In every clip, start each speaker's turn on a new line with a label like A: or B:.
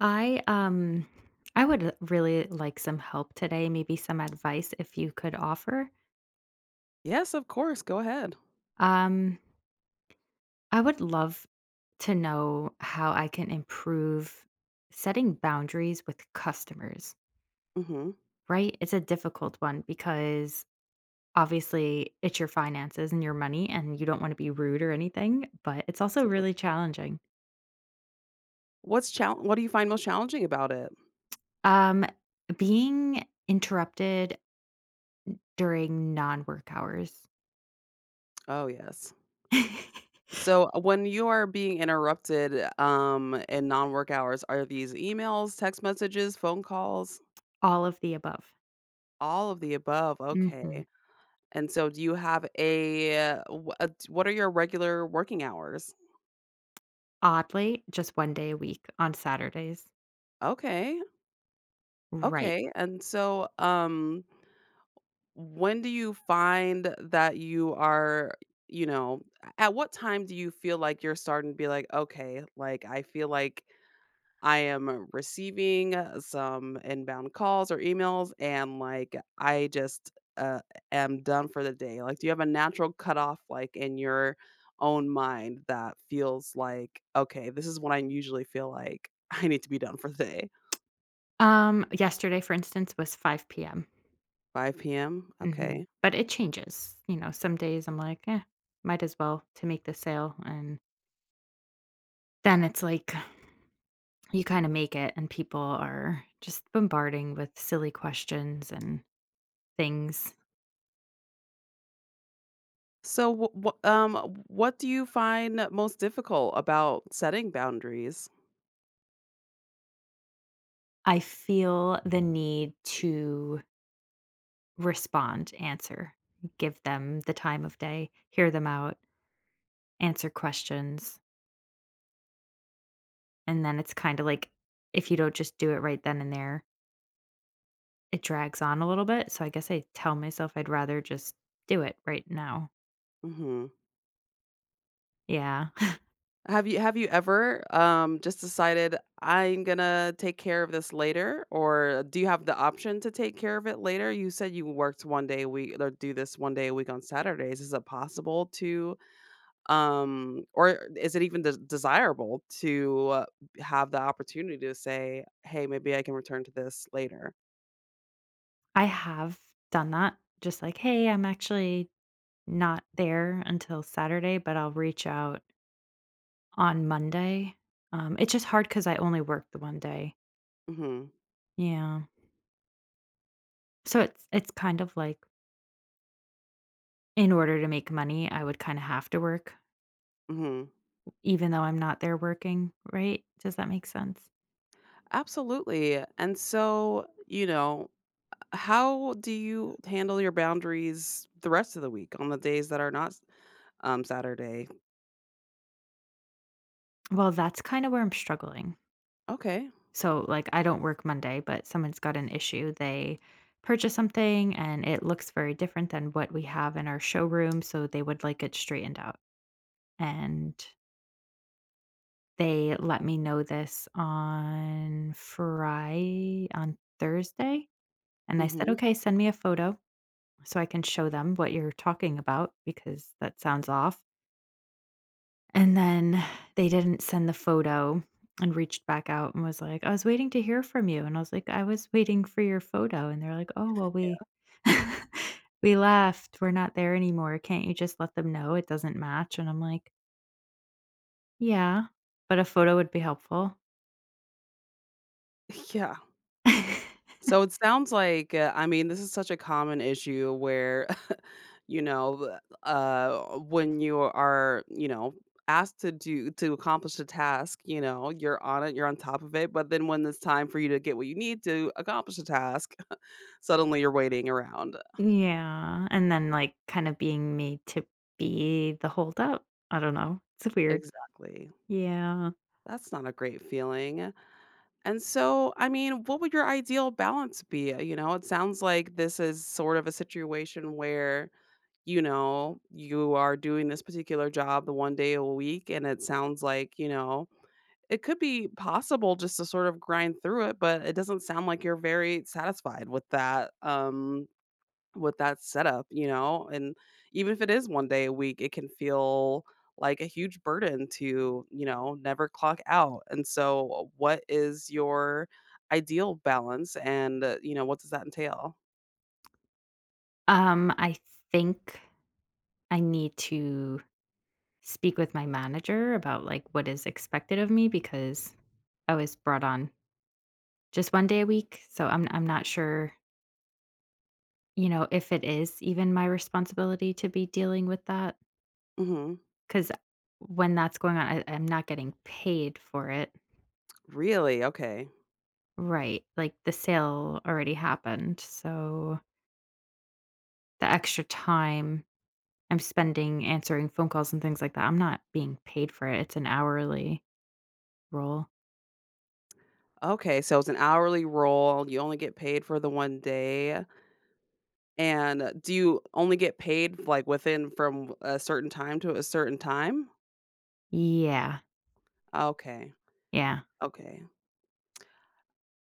A: I I would really like some help today, maybe some advice if you could offer.
B: Yes, of course, go ahead.
A: Um I would love to know how I can improve setting boundaries with customers,
B: Mhm,
A: right? It's a difficult one because obviously it's your finances and your money and you don't want to be rude or anything, but it's also
B: absolutely.
A: really challenging.
B: What do you find most challenging about it?
A: Um being interrupted during non-work hours.
B: Oh, yes. So, when you are being interrupted, in non-work hours, are these emails, text messages, phone calls?
A: All of the above.
B: All of the above,
A: Mhm.
B: okay. And so do you have a wh what are your regular working hours?
A: Oddly, just one day a week on Saturdays.
B: Okay,
A: Right.
B: okay, and so, when do you find that you are, you know, at what time do you feel like you're starting to be like, "Okay, like, I feel like I am receiving, some inbound calls or emails, and, like, I just, am done for the day." Like, do you have a natural cutoff, like, in your own mind that feels like, "Okay, this is when I usually feel like I need to be done for the day."
A: Yesterday, for instance, was 5 PM.
B: 5 PM?
A: Mhm.
B: Okay.
A: But it changes, you know, some days I'm like, "Eh, might as well to make the sale," and then it's like you kinda make it and people are just bombarding with silly questions and things.
B: So, what do you find most difficult about setting boundaries?
A: I feel the need to respond, answer, give them the time of day, hear them out, answer questions. And then it's kinda like, if you don't just do it right then and there, it drags on a little bit, so I guess I tell myself I'd rather just do it right now.
B: Hmm.
A: Yeah.
B: Have you ever just decided I'm gonna take care of this later, or do you have the option to take care of it later? You said you worked one day a week, or do this one day a week on Saturdays. Is it possible to, or is it even desirable to, have the opportunity to say, hey, maybe I can return to this later?
A: I have done that, just like, "Hey, I'm actually not there until Saturday, but I'll reach out on Monday." It's just hard because I only work the one day.
B: Hmm.
A: Yeah. So it's kind of like, in order to make money, I would kinda have to work,
B: Hmm.
A: even though I'm not there working, right? Does that make sense?
B: Absolutely. And so, you know, how do you handle your boundaries the rest of the week on the days that are not, Saturday?
A: Well, that's kinda where I'm struggling.
B: Okay.
A: So, like, I don't work Monday, but someone's got an issue. They purchase something and it looks very different than what we have in our showroom. So, they would like it straightened out. And they let me know this on Friday, on Thursday. And I said,
B: Mhm.
A: okay, send me a photo so I can show them what you're talking about because that sounds off. And then they didn't send the photo and reached back out and was like, "I was waiting to hear from you." And I was like, "I was waiting for your photo." And they're like, "Oh, well,
B: Yeah.
A: we we left. We're not there anymore. Can't you just let them know it doesn't match?" And I'm like, "Yeah, but a photo would be helpful."
B: Yeah. So it sounds like, I mean, this is such a common issue where you know, when you are, you know, asked to accomplish a task, you know, you're on it, you're on top of it, but then when it's time for you to get what you need to accomplish a task, suddenly you're waiting around.
A: Yeah, and then, like, kind of being made to be the holdup. I don't know. It's weird.
B: Exactly.
A: Yeah.
B: That's not a great feeling. And so, I mean, what would your ideal balance be? You know, it sounds like this is sort of a situation where, you know, you are doing this particular job the one day a week. And it sounds like, you know, it could be possible just to sort of grind through it, but it doesn't sound like you're very satisfied with that. With that setup, you know? And even if it is 1 day a week, it can feel like a huge burden to, you know, never clock out. And so what is your ideal balance and, you know, what does that entail?
A: I think I need to speak with my manager about like what is expected of me because I was brought on just one day a week, so I'm not sure, you know, if it is even my responsibility to be dealing with that
B: Mhm.
A: cuz when that's going on I'm not getting paid for it.
B: Really? Okay.
A: Right. Like the sale already happened. So the extra time I'm spending answering phone calls and things like that, I'm not being paid for it. It's an hourly role.
B: Okay, so it's an hourly role, you only get paid for the 1 day, and do you only get paid, like, within from a certain time to a certain time?
A: Yeah.
B: Okay,
A: Yeah.
B: okay.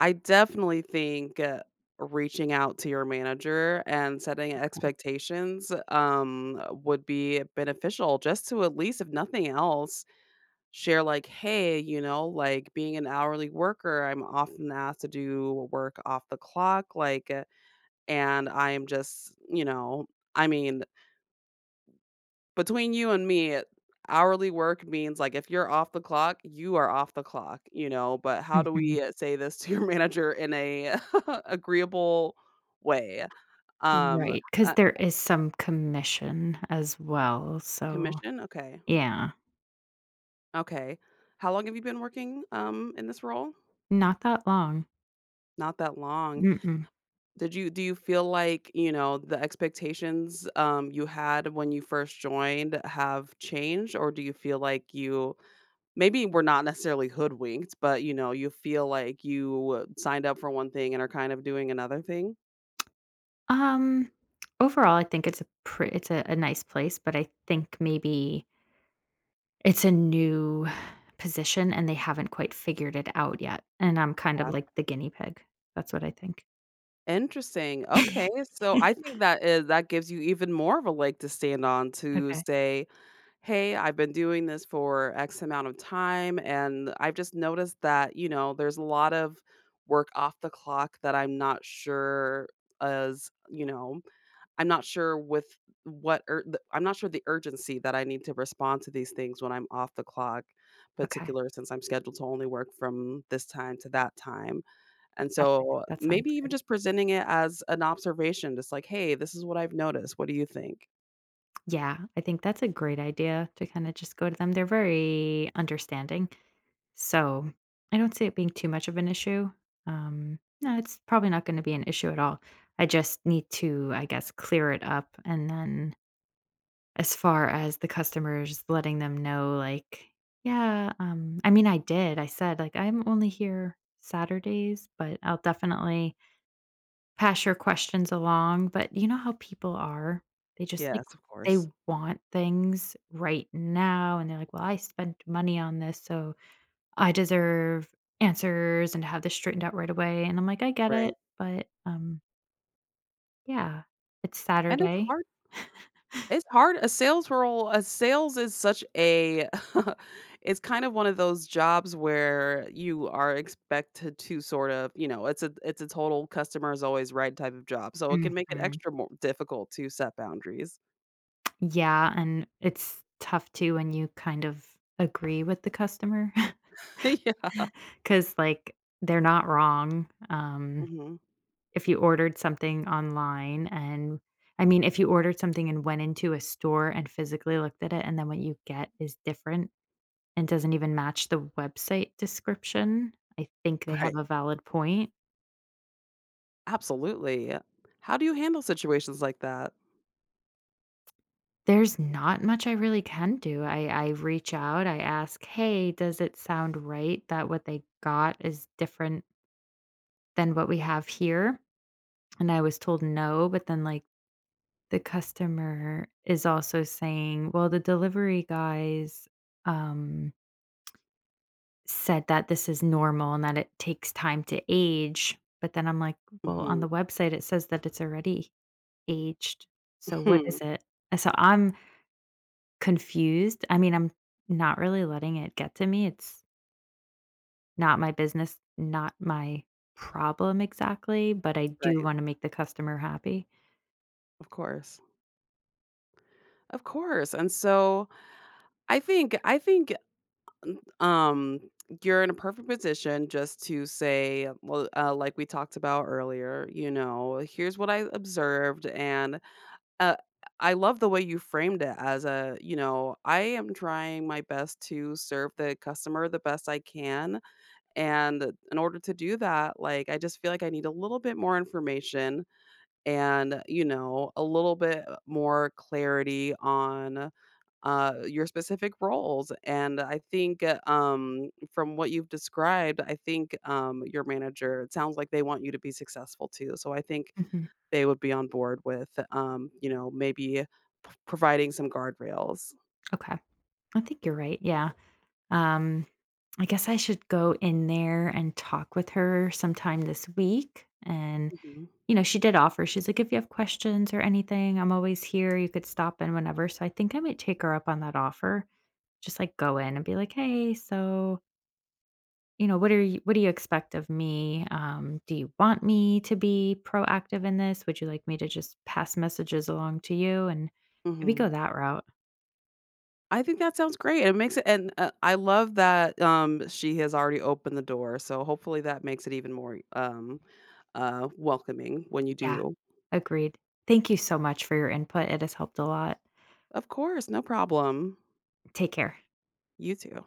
B: I definitely think, reaching out to your manager and setting expectations, would be beneficial just to at least, if nothing else, share like, "Hey, you know, like being an hourly worker, I'm often asked to do work off the clock, like, and I am just, you know." I mean, between you and me, hourly work means, like, if you're off the clock, you are off the clock, you know, but how do
A: Mhm.
B: we, say this to your manager in a agreeable way? Um,
A: Right, because
B: uh,
A: there is some commission as well, so
B: Commission? Okay,
A: yeah,
B: okay. How long have you been working, in this role?
A: not that long.
B: Not that long.
A: Mm-mm.
B: Did you Do you feel like, you know, the expectations, you had when you first joined have changed, or do you feel like you, maybe we're not necessarily hoodwinked, but, you know, you feel like you signed up for one thing and are kind of doing another thing?
A: Um, overall, I think it's a pre it's a nice place, but I think maybe it's a new position and they haven't quite figured it out yet, and I'm kind of
B: Yeah.
A: like the guinea pig. That's what I think.
B: Interesting, okay, so I think that gives you even more of a leg to stand on to
A: Okay,
B: say, "Hey, I've been doing this for X amount of time, and I've just noticed that, you know, there's a lot of work off the clock that I'm not sure as," you know, I'm not sure with I'm not sure the urgency that I need to respond to these things when I'm off the clock,
A: okay.
B: particular since I'm scheduled to only work from this time to that time, and
A: That's
B: so
A: that sounds
B: maybe even
A: good.
B: just presenting it as an observation, just like, "Hey, this is what I've noticed. What do you think?"
A: Yeah, I think that's a great idea to kinda just go to them. They're very understanding. So, I don't see it being too much of an issue. No, it's probably not gonna be an issue at all. I just need to, I guess, clear it up, and then as far as the customers, letting them know, like, "Yeah, I mean, I did, I said, like, "I'm only here Saturdays, but I'll definitely pass your questions along," but you know how people are? They just, like
B: Yes, of
A: they
B: course.
A: want things right now, and they're like, "Well, I spent money on this, so" I deserve answers and to have this straightened out right away, and I'm like, "I get
B: Right.
A: it," but, yeah, it's
B: And it's
A: Saturday.
B: hard. It's hard. A sales is such a it's kind of one of those jobs where you are expected to sort of, you know, it's a total customer is always right type of job. So it can make it
A: Mhm.
B: extra more difficult to set boundaries.
A: Yeah, and it's tough too when you kind of agree with the customer
B: Yeah.
A: because, like, they're not wrong,
B: Hmm.
A: if you ordered something online and I mean, if you ordered something and went into a store and physically looked at it and then what you get is different and doesn't even match the website description, I think they have
B: Right.
A: a valid point.
B: Absolutely. How do you handle situations like that?
A: There's not much I really can do. I reach out, I ask, "Hey, does it sound right that what they got is different than what we have here?" And I was told no, but then, like, the customer is also saying, "Well, the delivery guys, um, said that this is normal and that it takes time to age." But then I'm like, "Well, on
B: Hmm.
A: the website, it says that it's already aged, so what is it?" And so I'm confused? I mean, I'm not really letting it get to me. It's not my business, not my problem exactly, but I do
B: Right.
A: wanna make the customer happy.
B: Of course. Of course. And so I think Um, you're in a perfect position just to say, well, like we talked about earlier, you know, here's what I observed. And uh, I love the way you framed it as a, you know, I am trying my best to serve the customer the best I can. And in order to do that, like, I just feel like I need a little bit more information and, you know, a little bit more clarity on, your specific roles. And I think, from what you've described, I think your manager, it sounds like they want you to be successful too. So I think
A: Mhm.
B: they would be on board with, you know, maybe providing some guardrails.
A: Okay. I think you're right, yeah. Um, I guess I should go in there and talk with her sometime this week, and,
B: Hmm.
A: you know, she did offer, she's like, "If you have questions or anything, I'm always here. You could stop in whenever." So I think I might take her up on that offer. Just, like, go in and be like, "Hey, so" you know, what are you what do you expect of me? Do you want me to be proactive in this? Would you like me to just pass messages along to you and maybe
B: Hmm.
A: go that route?
B: I think that sounds great. It makes it, and I love that she has already opened the door. So hopefully that makes it even more, welcoming when you
A: Yeah,
B: do.
A: agreed. Thank you so much for your input. It has helped a lot.
B: Of course, no problem.
A: Take care.
B: You too.